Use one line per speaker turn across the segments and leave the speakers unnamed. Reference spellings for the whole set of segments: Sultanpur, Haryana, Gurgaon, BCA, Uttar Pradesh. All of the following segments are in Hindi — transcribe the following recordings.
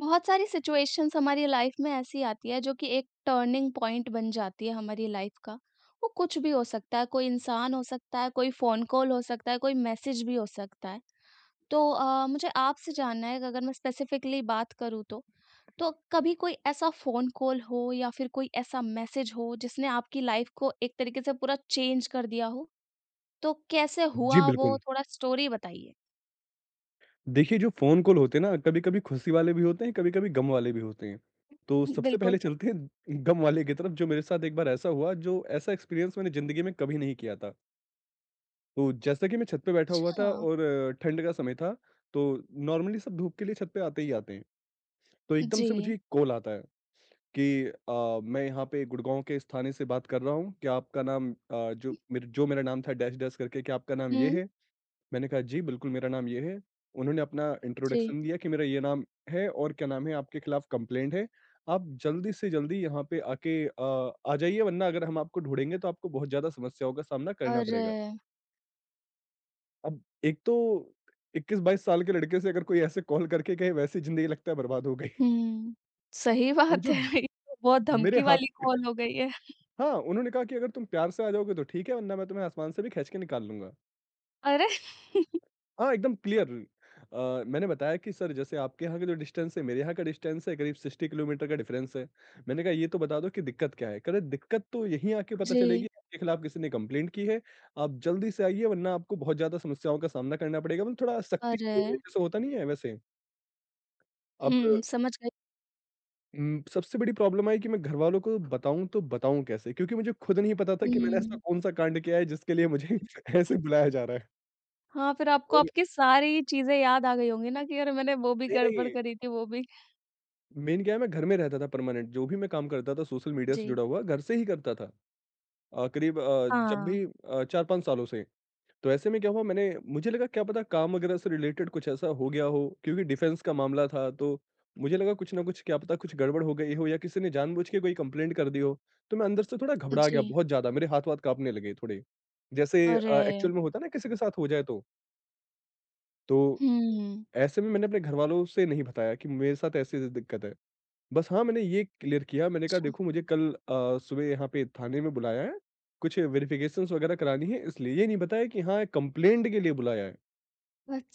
बहुत सारी सिचुएशंस हमारी लाइफ में ऐसी आती है जो कि एक टर्निंग पॉइंट बन जाती है हमारी लाइफ का। वो कुछ भी हो सकता है, कोई इंसान हो सकता है, कोई फोन कॉल हो सकता है, कोई मैसेज भी हो सकता है। तो मुझे आपसे जानना है कि अगर मैं स्पेसिफिकली बात करूँ तो कभी कोई ऐसा फोन कॉल हो या फिर कोई ऐसा मैसेज हो जिसने आपकी लाइफ को एक तरीके से पूरा चेंज कर दिया हो, तो कैसे
जी,
हुआ वो
बिल्कुल।
थोड़ा स्टोरी बताइए।
देखिए, जो फ़ोन कॉल होते हैं ना, कभी-कभी खुशी वाले भी होते हैं, कभी-कभी गम वाले भी होते हैं। तो सबसे
बिल्कुल।
पहले चलते हैं गम वाले की तरफ, जो मेरे साथ एक बार ऐसा हुआ, जो ऐसा एक्सपीरियंस मैंने ज़िंदगी में कभी नहीं किया था। तो जैसा कि मैं छत पे बैठा हुआ था
अच्छा।
और ठंड का समय था, तो नॉर्मली सब धूप के लिए छत पे आते ही आते हैं। तो एकदम
जी।
से मुझे एक कॉल आता है कि "मैं यहाँ पे गुड़गाँव के इस थाने से बात कर रहा हूँ। क्या आपका नाम" जो मेरा नाम था डैश-डैश करके, "क्या आपका नाम ये
हम्म।
है?" मैंने कहा, "जी, बिल्कुल, मेरा नाम ये है।" उन्होंने अपना
जी।
इंट्रोडक्शन दिया कि मेरा ये नाम है और क्या नाम है, आपके खिलाफ कंप्लेंट है। आप जल्दी से जल्दी यहाँ पे आके आ जाइए वरना अगर हम आपको ढूँढेंगे तो आपको बहुत ज़्यादा समस्याओं का सामना करना
अरे।
पड़ेगा। अब एक तो 21-22 साल के लड़के से अगर कोई ऐसे कॉल करके कहे वैसी ज़िंदगी लगता है बर्बाद हो गई।
हुँ, सही
और
बात
जो
है। ये तो बहुत
मेरे
धमकी
हाथ
वाली कॉल हो गई है।
हाँ, उन्होंने कहा कि अगर तुम प्यार से आ जाओगे तो ठीक है वरना मैं तुम्हें आसमान से भी खींच के निकाल लूँगा।
अरे!
हाँ, एकदम क्लियर। मैंने बताया कि सर जैसे आपके यहाँ का जो डिस्टेंस है, मेरे यहाँ का डिस्टेंस है करीब 60 किलोमीटर का डिफरेंस है। मैंने कहा ये तो बता दो कि दिक्कत क्या है? कह रहे दिक्कत तो यहीं आके पता चलेगी
जी,
आपके खिलाफ किसी ने कंप्लेंट की है, आप जल्दी से आइए वरना आपको बहुत ज़्यादा समस्याओं का सामना करना पड़ेगा। मतलब थोड़ा सख्ती
अरे!
से जैसे होता नहीं है वैसे। अब
हुँ, समझ गई।
सबसे बड़ी प्रॉब्लम आई कि मैं घरवालों को बताऊँ तो बताऊँ कैसे? क्योंकि मुझे खुद नहीं पता था कि मैंने ऐसा
हुँ।
कौन-सा कांड किया है जिसके लिए मुझे ऐसे बुलाया जा रहा है।
हाँ, फिर आपको
और
आपकी सारी चीज़ें याद आ गई होंगी ना कि अरे! मैंने वो भी
नहीं,
गड़बड़
नहीं
करी थी, वो भी।
मेन क्या है मैं घर में रहता था परमानेंट, जो भी मैं काम करता था सोशल मीडिया से
जी।
जुड़ा हुआ, घर से ही करता था। करीब
हाँ,
4-5 सालों से। तो ऐसे में क्या हुआ मैंने मुझे लगा क्या पता काम वगैरह से रिलेटेड कुछ ऐसा हो गया हो क्योंकि डिफेंस का मामला था तो मुझे लगा कुछ ना कुछ क्या पता कुछ गड़बड़ हो गई हो या किसी ने जानबूझ के कोई कंप्लेंट कर दी हो। तो मैं अंदर से थोड़ा घबरा
जी।
गया बहुत ज़्यादा, मेरे हाथ-वाथ काँपने लगे थोड़े। जैसे
अरे!
एक्चुअल में होता है ना किसी के साथ हो जाए तो। तो
हुँ,
ऐसे में मैंने अपने घरवालों से नहीं बताया कि मेरे साथ ऐसी-ऐसी दिक्कत है। बस हाँ, मैंने ये क्लियर किया, मैंने कहा
अच्छा,
देखो मुझे कल सुबह यहाँ पे थाने में बुलाया है, कुछ वेरिफ़िकेशन्स वग़ैरह करानी है इसलिए, ये नहीं बताया कि हाँ, कंप्लेंट के लिए बुलाया है,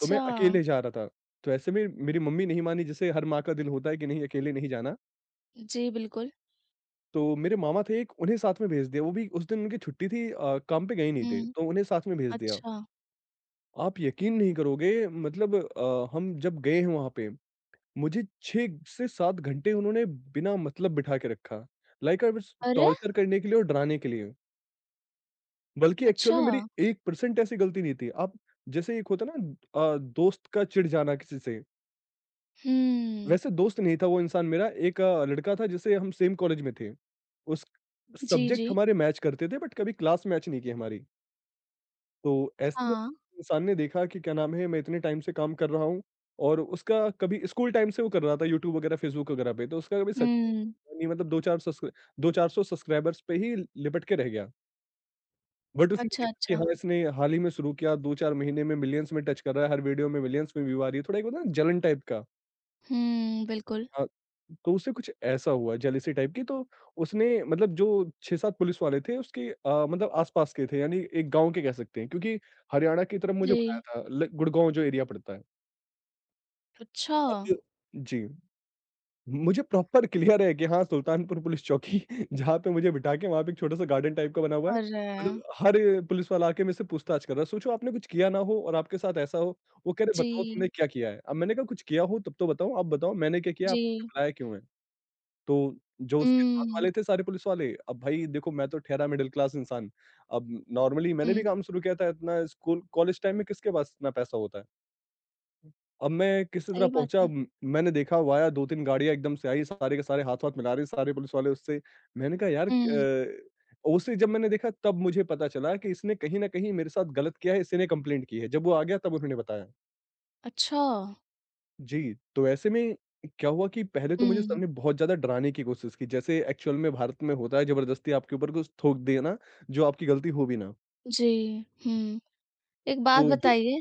तो मैं अकेले जा रहा था। तो ऐसे में मेरी मम्मी नहीं मानी जैसे हर माँ का दिल होता है कि नहीं अकेले नहीं जाना,
जी, बिल्कुल।
तो मेरे मामा थे एक उन्हें साथ में भेज दिया, वो भी उस दिन उनकी छुट्टी थी काम पे गए नहीं थे,
हुँ,
तो उन्हें साथ में भेज दिया।
अच्छा।
आप यकीन नहीं करोगे मतलब हम जब गए हैं वहाँ पे मुझे 6 से 7 घंटे उन्होंने बिना मतलब बिठा के रखा। लाइक आई वाज़
अरे!
टॉर्चर करने के लिए और डराने के लिए। बल्कि एक्चुअल
अच्छा।
में मेरी 1% ऐसी गलती नहीं थी। आप जैसे एक होता है ना दोस्त का चिढ़ जाना किसी से,
हुँ,
वैसे दोस्त नहीं था वो इंसान मेरा एक लड़का था जिससे हम सेम कॉलेज में थे। उस
जी, जी।
सब्जेक्ट हमारे मैच करते थे बट कभी क्लास मैच नहीं की हमारी। तो ऐसे में
हाँ।
इंसान ने देखा कि क्या नाम है मैं इतने टाइम से काम कर रहा हूँ और उसका कभी स्कूल टाइम से वो कर रहा था यूट्यूब वगैरह, फेसबुक वगैरह पे तो उसका कभी सक्
हुँ,
नहीं मतलब 2-400 सब्सक्राइबर्स पे ही लिपट के रह गया। बट उसने
अच्छा,
देखा कि
अच्छा।
हाँ, इसने हाल ही में शुरू किया, 2-4 महीने में मिलियंस में टच कर रहा है, हर वीडियो में मिलियंस में व्यू आ रही है, थोड़ा एक होता है ना जलन टाइप का।
हुँ, बिल्कुल।
हाँ, तो उससे कुछ ऐसा हुआ जेलेसी टाइप की तो उसने मतलब जो 6-7 पुलिस वाले थे उसके मतलब आस-पास के थे यानी एक गाँव के कह सकते हैं क्योंकि हरियाणा की तरफ मुझे बुलाया
जी।
था ल गुड़गाँव जो एरिया पड़ता है।
अच्छा!
अब जी। मुझे प्रॉपर क्लियर है कि हाँ, सुल्तानपुर पुलिस चौकी जहाँ पे मुझे बिठा के वहाँ पे एक छोटा-सा गार्डन टाइप का बना हुआ है।
और
मतलब हर पुलिस वाला आके मेरे से पूछताछ कर रहा है। सोचो आपने कुछ किया ना हो और आपके साथ ऐसा हो, वो कह रहे बताओ
जी,
तुमने क्या किया है? अब मैंने कहा कुछ किया हो तब तो बताओ, आप बताओ मैंने क्या किया? आपने
जी।
मुझे बुलाया क्यों है? तो जो उसके साथ
हुँ,
वाले थे सारे पुलिस वाले, अब भाई देखो मैं तो ठहरा मिडल क्लास इंसान। अब नॉर्मली मैंने भी
हुँ,
काम शुरू किया था इतना स्कूल कॉलेज टाइम में किसके पास इतना पैसा होता है? अब मैं किसी तरह
सही बात
पहुँचा
है।
म मैंने देखा वाया 2-3 गाड़ियाँ एकदम से आई, सारे के सारे हाथ-वाथ मिला रहे, सारे पुलिस वाले उससे। मैंने कहा यार
हुँ,
उसे जब मैंने देखा तब मुझे पता चला कि इसने कहीं न कहीं मेरे साथ गलत किया है, इसी ने कंप्लेंट की है। जब वो आ गया तब उन्होंने बताया।
अच्छा।
जी, तो ऐसे में क्या हुआ कि पहले तो मुझे
हुँ,
सबने बहुत ज़्यादा डराने की कोशिश की, जैसे एक्चुअल में भारत में होता है ज़बरदस्ती आपके ऊपर कुछ थोप देना, जो आपकी गलती हो भी ना।
जी, हुँ। एक बात
तो जो
बताइए।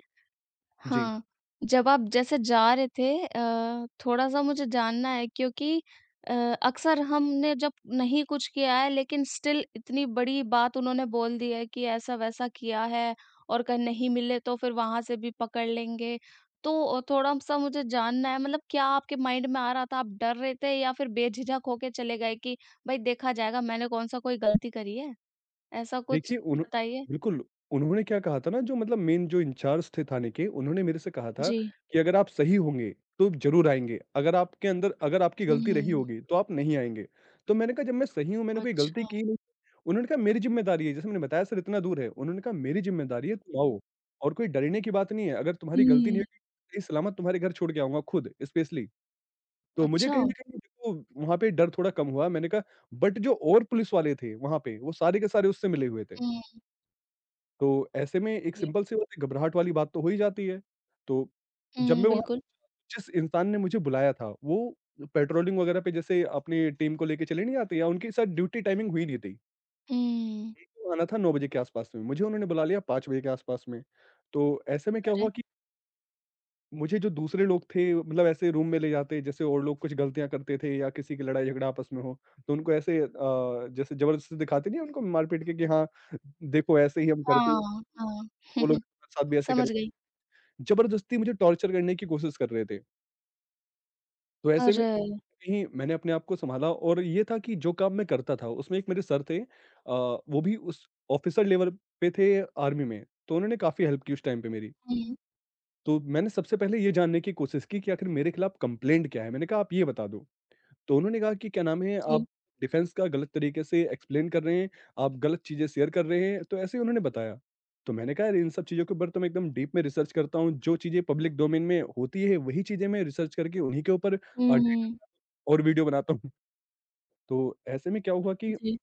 जी।
हाँ, जब आप जैसे जा रहे थे थोड़ा-सा मुझे जानना है क्योंकि अ, अक्सर हमने जब नहीं कुछ किया है लेकिन स्टिल इतनी बड़ी बात उन्होंने बोल दी है कि ऐसा-वैसा किया है और कहीं नहीं मिले तो फिर वहाँ से भी पकड़ लेंगे। तो थोड़ा-सा मुझे जानना है मतलब क्या आपके माइंड में आ रहा था, आप डर रहे थे या फिर बेझिझक होके चले गए कि भई देखा जाएगा, मैंने कौन-सा कोई गलती करी है? ऐसा कुछ
देखिए, उन्हो
बताइए?
बिल्कुल, उन्होंने क्या कहा था ना जो मतलब मेन जो इंचार्ज थे थाने के, उन्होंने मेरे से कहा था
जी।
कि अगर आप सही होंगे, तो ज़रूर आएँगे। अगर आपके अंदर अगर आपकी गलती रही
हुँ,
होगी, तो आप नहीं आएँगे। तो मैंने कहा जब मैं सही हूँ, मैंने कोई गलती
अच्छा।
की नहीं। उन्होंने कहा मेरी ज़िम्मेदारी है, जैसे मैंने बताया सर इतना दूर है। उन्होंने कहा मेरी ज़िम्मेदारी है तुम आओ और कोई डरने की बात नहीं है। अगर तुम्हारी गलती नहीं
हुँ,
होगी, सही सलामत तुम्हारे घर छोड़ के आऊँगा खुद स्पेशली। तो मुझे
अच्छा।
कहीं न कहीं देखो वहाँ पे डर थोड़ा कम हुआ। मैंने कहा बट जो और पुलिस वाले थे वहाँ पे, वो सारे के सारे उससे मिले हुए थे।
हुँ।
तो ऐसे में एक
जी।
सिंपल सी बात है, घबराहट वाली बात तो हो ही जाती है। तो जब
हुँ,
मैं वहाँ
बिल्कुल।
जिस इंसान ने मुझे बुलाया था, वो पेट्रोलिंग वगैरह पे जैसे अपनी टीम को लेके चले नहीं जाते या उनके साथ ड्यूटी टाइमिंग हुई नहीं थी।
हुँ।
उनको आना था 9 बजे के आस-पास में, मुझे उन्होंने बुला लिया 5 बजे के आस-पास में। तो ऐसे में क्या
अरे!
हुआ कि मुझे जो दूसरे लोग थे मतलब ऐसे रूम में ले जाते, जैसे और लोग कुछ गलतियाँ करते थे या किसी की लड़ाई-झगड़ा आपस में हो, तो उनको ऐसे जैसे ज़बरदस्ती दिखाते नहीं है उनको मार-पीट के कि हाँ, देखो ऐसे ही हम करते हैं,
हाँ, हाँ।
वो लोग हमारे साथ भी ऐसे करें।
समझ गई।
जबरदस्ती मुझे टॉर्चर करने की कोशिश कर रहे थे। तो ऐसे में
अरे!
कहीं मैंने अपने आप को सँभाला और ये था कि जो काम मैं करता था उसमें एक मेरे सर थे वो भी उस ऑफ़िसर लेवल पे थे आर्मी में, तो उन्होंने काफ़ी हेल्प की उस टाइम पे मेरी।
हुँ।
तो मैंने सबसे पहले ये जानने की कोशिश की कि आखिर मेरे खिलाफ कंप्लेंट क्या है? मैंने कहा आप ये बता दो। तो उन्होंने कहा कि क्या नाम है
जी।
आप डिफेंस का गलत तरीके से एक्सप्लेन कर रहे हैं, आप गलत चीज़ें शेयर कर रहे हैं, तो ऐसे ही उन्होंने बताया। तो मैंने कहा यार इन सब चीज़ों के ऊपर तो मैं एकदम डीप में रिसर्च करता हूँ, जो चीज़ें पब्लिक डोमेन में होती है वही चीज़ें मैं रिसर्च करके उन्हीं के ऊपर अ,
हुँ।
और वीडियो बनाता हूँ। तो ऐसे में क्या हुआ कि
जी।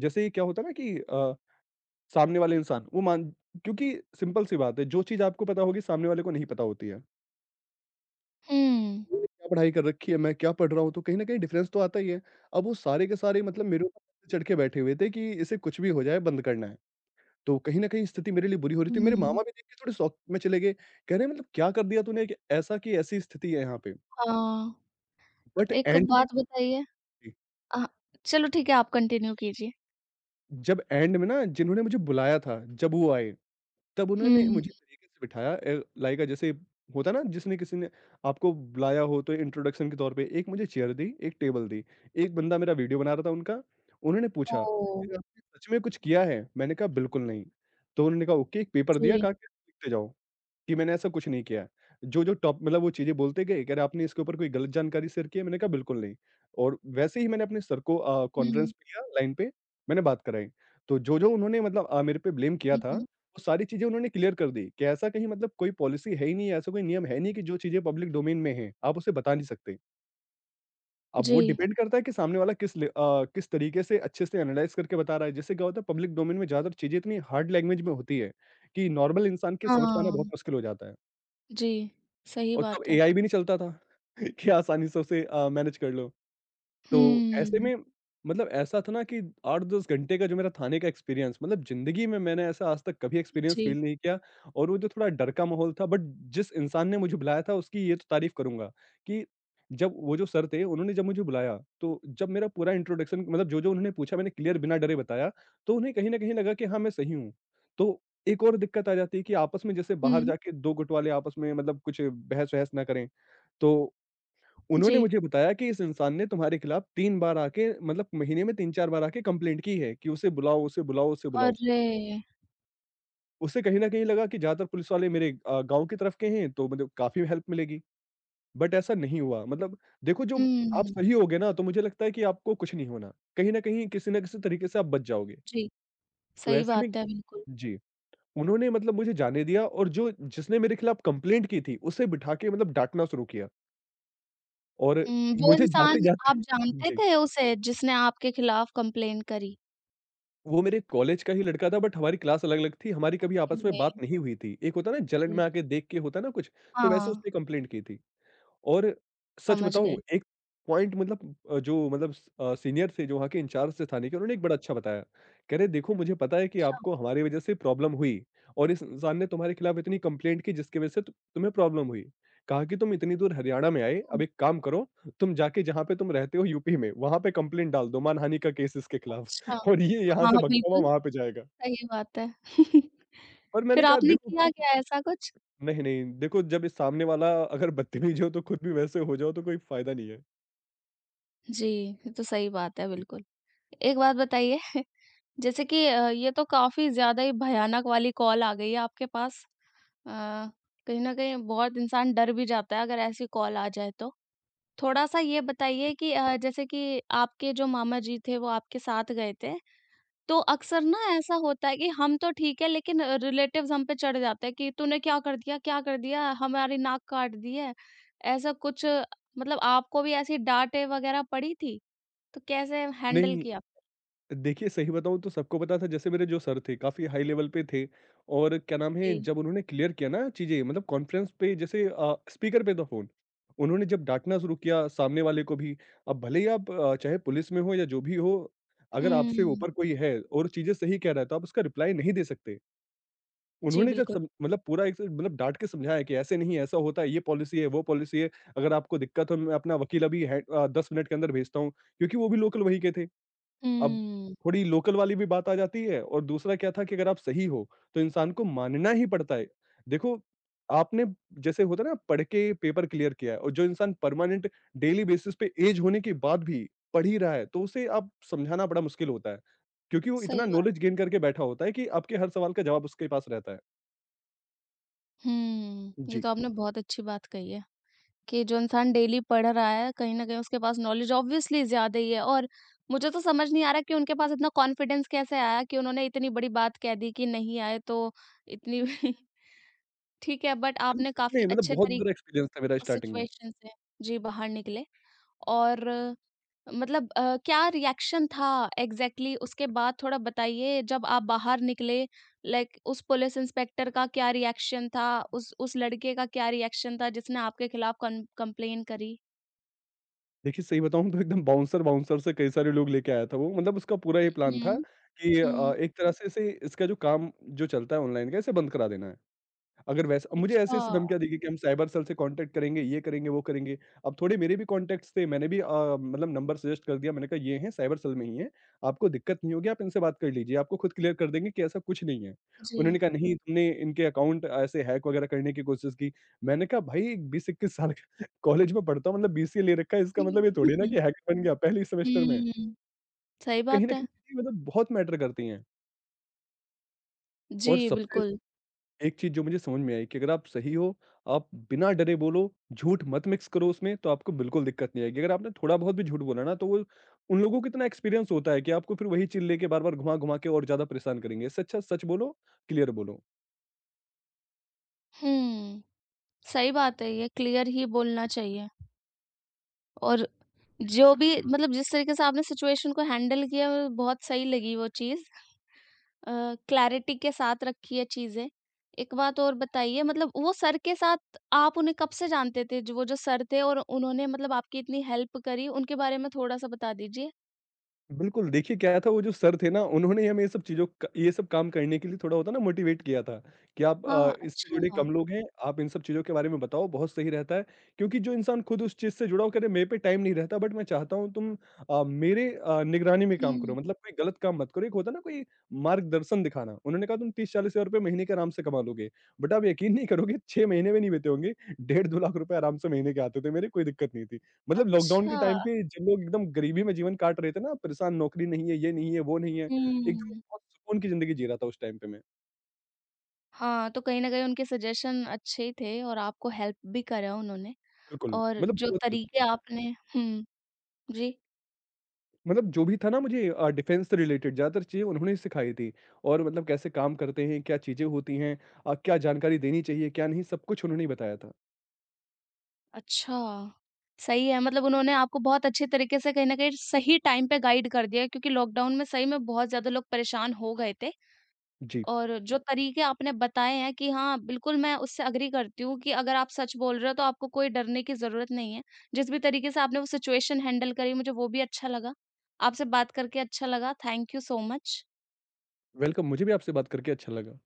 जैसे ये क्या होता है ना कि सामने वाले इंसान वो मान क्योंकि सिंपल सी बात है, जो चीज़ आपको पता होगी सामने वाले को नहीं पता होती है।
हुँ।
मैंने क्या पढ़ाई कर रखी है, मैं क्या पढ़ रहा हूँ, तो कहीं न कहीं डिफरेंस तो आता ही है। अब वो सारे के सारे मतलब मेरे ऊपर चढ़ के बैठे हुए थे कि इसे कुछ भी हो जाए बंद करना है। तो कहीं न कहीं स्थिति मेरे लिए बुरी हो रही थी। मेरे
हुँ।
मामा भी देख के थोड़े शॉक में चले गए, कह रहे हैं, मतलब क्या कर दिया तूने कि ऐसा की ऐसी स्थिति है यहाँ पे।
हाँ,
बट
एक
एंड में
बात बताइए। अ, चलो ठीक है, आप कंटिन्यू कीजिए।
जब एंड में ना जिन्होंने मुझे बुलाया था, जब वो आए तब उन्होंने
हुँ,
मुझे तरीके से बिठाया, लाइक जैसे होता ना जिसने किसी ने आपको बुलाया हो तो इंट्रोडक्शन के तौर पे एक मुझे चेयर दी, एक टेबल दी। एक बंदा मेरा वीडियो बना रहा था उनका, उन्होंने पूछा,
ओह!
"क्या आपने सच में कुछ किया है?" मैंने कहा, "बिल्कुल नहीं।" तो उन्होंने कहा, "ओके।" एक पेपर दिया,
जी।
कहा कि लिखते जाओ कि मैंने ऐसा कुछ नहीं किया। जो टॉप मतलब वो चीज़ें बोलते गए कि अरे आपने इसके ऊपर कोई गलत जानकारी शेयर की है? मैंने कहा बिल्कुल नहीं, और वैसे ही मैंने अपने सर को
हुँ,
कॉन्फ्रेंस पे लिया लाइन पे, मैंने बात कराई। तो जो उन्होंने मतलब मेरे पे ब्लेम किया
हुँ,
था,
हुँ।
वो सारी चीज़ें उन्होंने क्लियर कर दी कि ऐसा कहीं मतलब कोई पॉलिसी है ही नहीं, ऐसा कोई नियम है नहीं कि जो चीज़ें पब्लिक डोमेन में हैं, आप उसे बता नहीं सकते। अब
जी।
वो डिपेंड करता है कि सामने वाला किस ले किस तरीके से अच्छे से एनालाइज़ करके बता रहा है। जैसे क्या होता है पब्लिक डोमेन में ज़्यादातर चीज़ें इतनी हार्ड लैंग्वेज में होती है कि नॉर्मल इंसान के समझ पाना बहुत
हाँ,
मुश्किल हो जाता है।
जी, सही
और तब
बात है।
एआई भी नहीं चलता था कि आसानी से उसे मैनेज कर लो। तो ऐसे
हुँ,
में मतलब ऐसा था ना कि 8-10 घंटे का जो मेरा थाने का एक्सपीरियंस, मतलब ज़िंदगी में मैंने ऐसा आज तक कभी एक्सपीरियंस
जी।
फ़ील नहीं किया। और वो जो थोड़ा डर का माहौल था, बट जिस इंसान ने मुझे बुलाया था उसकी ये तो तारीफ़ करूँगा कि जब वो जो सर थे उन्होंने जब मुझे बुलाया, तो जब मेरा पूरा इंट्रोडक्शन मतलब जो-जो उन्होंने पूछा मैंने क्लियर बिना डरे बताया, तो उन्हें कहीं न कहीं लगा कि हाँ, मैं सही हूँ। तो एक और दिक्कत आ जाती है कि आपस में जैसे बाहर
हुँ,
जाके 2 गुट वाले आपस में मतलब कुछ बहस-वहस ना करें, तो
जी।
उन्होंने मुझे बताया कि इस इंसान ने तुम्हारे खिलाफ 3 बार आके, मतलब महीने में 3-4 बार आके कंप्लेंट की है कि उसे बुलाओ, उसे बुलाओ, उसे बुलाओ।
अरे!
उसे कहीं न कहीं लगा कि ज़्यादातर पुलिस वाले मेरे गाँव की तरफ के हैं तो मतलब काफ़ी हेल्प मिलेगी, बट ऐसा नहीं हुआ। मतलब देखो जो आप
हुँ,
सही होगे ना तो मुझे लगता है कि आपको कुछ नहीं होना। कहीं न कहीं किसी न किसी तरीके से आप बच जाओगे।
जी,
तो
सही
ऐसे में
बात है, बिल्कुल।
जी, उन्होंने मतलब मुझे जाने दिया, और जो जिसने मेरे खिलाफ कंप्लेंट की थी उसे बिठा के मतलब डाँटना शुरू किया और
हुँ, वो
मुझे
इंसान
जाते-जाते
आप जानते
जी।
थे उसे जिसने आपके खिलाफ कंप्लेन करी?
वो मेरे कॉलेज का ही लड़का था, बट हमारी क्लास अलग-अलग थी, हमारी कभी
ओके,
आपस में
जी,
बात नहीं हुई थी। एक होता है ना जलन में
जी।
आके देख के होता है ना कुछ, तो वैसे
हाँ,
उसने कंप्लेंट की थी। और सच
समझ
बताऊँ,
गई।
एक पॉइंट मतलब जो मतलब सीनियर थे जो वहाँ के इंचार्ज थे थाने के, उन्होंने एक बड़ा अच्छा बताया। कह रहे देखो मुझे पता है कि
अच्छा,
आपको हमारी वज़ह से प्रॉब्लम हुई, और इस इंसान ने तुम्हारे खिलाफ इतनी कंप्लेंट की जिसकी वज़ह से तु तुम्हें प्रॉब्लम हुई। कहा कि तुम इतनी दूर हरियाणा में आए,
हुँ,
अब एक काम करो, तुम जाके जहाँ पे तुम रहते हो यूपी में, वहाँ पे कंप्लेंट डाल दो मानहानि का केस इसके खिलाफ
अच्छा। हाँ,
और ये यहाँ
हाँ,
से भगता हुआ
बिल्कुल,
वहाँ पे जाएगा।
सही बात है।
और मैंने
फिर
कहा
आपने
देखो
किया क्या ऐसा कुछ?
नहीं, नहीं देखो, जब इस सामने वाला अगर बदतमीज हो तो खुद भी वैसे हो जाओ तो कोई फ़ायदा नहीं है।
जी, ये तो सही बात है
जी।
बिल्कुल। एक बात बताइए। जैसे कि ये तो काफ़ी ज़्यादा ही भयानक वाली कॉल आ गई है आपके पास। अ, कहीं न कहीं बहुत इंसान डर भी जाता है अगर ऐसी कॉल आ जाए तो। थोड़ा-सा ये बताइए कि जैसे कि आपके जो मामा जी थे वो आपके साथ गए थे, तो अक्सर ना ऐसा होता है कि हम तो ठीक है लेकिन रिलेटिव्स हम पे चढ़ जाते हैं कि तूने क्या कर दिया? क्या कर दिया? हमारी नाक काट दी है। ऐसा कुछ मतलब आपको भी ऐसी डाँटें वगैरह पड़ी थी? तो कैसे हैंडल
नहीं,
किया आपने?
देखिए सही बताऊँ तो सबको पता था, जैसे मेरे जो सर थे काफ़ी हाई लेवल पे थे, और क्या नाम है
जी।
जब उन्होंने क्लियर किया ना चीज़ें, मतलब कॉन्फ्रेंस पे, जैसे स्पीकर पे था फ़ोन, उन्होंने जब डाँटना शुरू किया सामने वाले को भी, अब भले ही आप चाहे पुलिस में हो या जो भी हो, अगर आपसे
हुँ।
ऊपर कोई है और चीज़ें सही कह रहा है तो आप उसका रिप्लाई नहीं दे सकते।
जी,
उन्होंने जब
बिल्कुल।
सम मतलब पूरा एक मतलब डाँट के समझाया कि ऐसे नहीं है, ऐसा होता है, ये पॉलिसी है, वो पॉलिसी है, अगर आपको दिक्कत हो मैं अपना वकील अभी है 10 मिनट के अंदर भेजता हूँ, क्योंकि वो भी लोकल वहीं के थे। अब
हुँ,
थोड़ी लोकल वाली भी बात आ जाती है, और दूसरा क्या था कि अगर आप सही हो, तो इंसान को मानना ही पड़ता है। देखो, आपने जैसे होता है ना पढ़ के पेपर क्लियर किया है, और जो इंसान परमानेंट डेली बेसिस पे ऐज होने के बाद भी पढ़ ही रहा है, तो उसे आप समझाना बड़ा मुश्किल होता है। क्योंकि वो इतना
सही बात।
नॉलेज गेन करके बैठा होता है कि आपके हर सवाल का जवाब उसके पास रहता है।
हुँ, ये
जी।
तो आपने बहुत अच्छी बात कही है। कि जो इंसान डेली पढ़ रहा है, कहीं न कहीं उसके पास नॉलेज ऑब्वियसली ज़्यादा ही है। और मुझे तो समझ नहीं आ रहा कि उनके पास इतना कॉन्फिडेंस कैसे आया कि उन्होंने इतनी बड़ी बात कह दी कि नहीं आए तो इतनी ठीक है, बट
मतलब
आपने
सच
काफ़ी
में, मतलब
अच्छे
बहुत
तरीके
बुरा एक्सपीरियंस था मेरा
उस
स्टार्टिंग में।
सिचुएशन से, जी, बाहर निकले और मतलब क्या रिएक्शन था एग्ज़ैक्टली उसके बाद थोड़ा बताइए जब आप बाहर निकले। लाइक उस पुलिस इंस्पेक्टर का क्या रिएक्शन था? उस लड़के का क्या रिएक्शन था जिसने आपके खिलाफ कं कंप्लेन करी?
देखिए, सही बताऊँ तो एकदम बाउंसर-वाउंसर से कई सारे लोग लेके आया था वो। मतलब उसका पूरा ये प्लान था
हुँ,
कि अच्छा,
हुँ।
एक तरह से इसे इसका जो काम जो चलता है ऑनलाइन का, इसे बंद करा देना है। अगर वैसा, मुझे
अच्छा,
ऐसे-ऐसे धमकियाँ दी गई कि हम साइबर सेल से कॉन्टैक्ट करेंगे, ये करेंगे, वो करेंगे। अब थोड़े मेरे भी कॉन्टैक्ट्स थे, मैंने भी मतलब नंबर सजेस्ट कर दिया, मैंने कहा ये हैं साइबर सेल में ही हैं, आपको दिक्कत नहीं होगी, आप इनसे बात कर लीजिए, आपको खुद क्लियर कर देंगे कि ऐसा कुछ नहीं है।
जी।
उन्होंने कहा नहीं तुमने इनके अकाउंट ऐसे हैक वगैरह करने की कोशिश की। मैंने कहा भाई 20-21 साल का कॉलेज में पढ़ता हूँ, मतलब बीसीए ले रखा है, इसका मतलब ये थोड़ी ना
हुँ,
कि हैकर बन गया पहले ही सेमेस्टर में।
सही
तो कहीं
बात
न
है।
कहीं चीज़ें मतलब बहुत मैटर करती हैं।
जी,
और सबसे
बिल्कुल।
एक चीज़ जो मुझे समझ में आई कि अगर आप सही हो, आप बिना डरे बोलो, झूठ मत मिक्स करो उसमें, तो आपको बिल्कुल दिक्कत नहीं आएगी। अगर आपने थोड़ा-बहुत भी झूठ बोला ना, तो वो उन लोगों को इतना एक्सपीरियंस होता है कि आपको फिर वही चीज़ लेके बार-बार घुमा-घुमा के और ज़्यादा परेशान करेंगे। इससे अच्छा सच बोलो, क्लियर बोलो।
हुँ, सही बात है ये क्लियर ही बोलना चाहिए। और जो भी मतलब जिस तरीके से आपने सिचुएशन को हैंडल किया वो बहुत सही लगी वो चीज़। अ, क्लैरिटी के साथ रखी है चीज़ें। एक बात और बताइए मतलब वो सर के साथ आप उन्हें कब से जानते थे? जो वो जो सर थे और उन्होंने मतलब आपकी इतनी हेल्प करी, उनके बारे में थोड़ा-सा बता दीजिए?
बिल्कुल, देखिए क्या था वो जो सर थे ना उन्होंने हमें ये सब चीज़ों क ये सब काम करने के लिए थोड़ा होता है ना मोटिवेट किया था, कि आप
हाँ,
इससे जुड़े
अच्छा।
कम लोग हैं, आप इन सब चीज़ों के बारे में बताओ बहुत सही रहता है। क्योंकि जो इंसान खुद उस चीज़ से जुड़ा हो, कह रहे मेरे पे टाइम नहीं रहता बट मैं चाहता हूँ तुम मेरे निगरानी में काम
हुँ।
करो, मतलब कोई गलत काम मत करो। एक होता है ना कोई मार्गदर्शन दिखाना, उन्होंने कहा तुम 30-40 हज़ार रुपए महीने के आराम से कमा लोगे। बट आप यकीन नहीं करोगे, 6 महीने में नहीं बीते होंगे, 1.5 2 लाख रुपए आराम से महीने के आते थे मेरे, कोई दिक्कत नहीं थी। मतलब लॉकडाउन के
अच्छा,
टाइम पे जिन लोग एकदम गरीबी में जीवन काट रहे थे ना, परेशान, नौकरी नहीं है, ये नहीं है, वो नहीं है, एकदम
हुँ।
बहुत सुकून की ज़िंदगी जी रहा था उस टाइम पे मैं।
हाँ, तो कहीं न कहीं उनके सजेशन अच्छे ही थे और आपको हेल्प भी करा उन्होंने।
बिल्कुल,
और
मतलब
जो
बहुत हेल्प
तरीके
की।
आपने हुँ, जी।
मतलब जो भी था ना मुझे डिफेंस से रिलेटेड ज़्यादातर चीज़ें उन्होंने ही सिखाई थी, और मतलब कैसे काम करते हैं, क्या चीज़ें होती हैं, क्या जानकारी देनी चाहिए, क्या नहीं, सब कुछ उन्होंने ही बताया था।
अच्छा, सही है मतलब उन्होंने आपको बहुत अच्छे तरीके से कहीं न कहीं सही टाइम पे गाइड कर दिया, क्योंकि लॉकडाउन में सही में बहुत ज़्यादा लोग परेशान हो गए थे।
जी,
और जो तरीके आपने बताए हैं कि हाँ, बिल्कुल मैं उससे एग्री करती हूँ कि अगर आप सच बोल रहे हो तो आपको कोई डरने की ज़रूरत नहीं है। जिस भी तरीके से आपने वो सिचुएशन हैंडल करी मुझे वो भी अच्छा लगा। आपसे बात करके अच्छा लगा। Thank you so much.
Welcome, मुझे भी आपसे बात करके अच्छा लगा।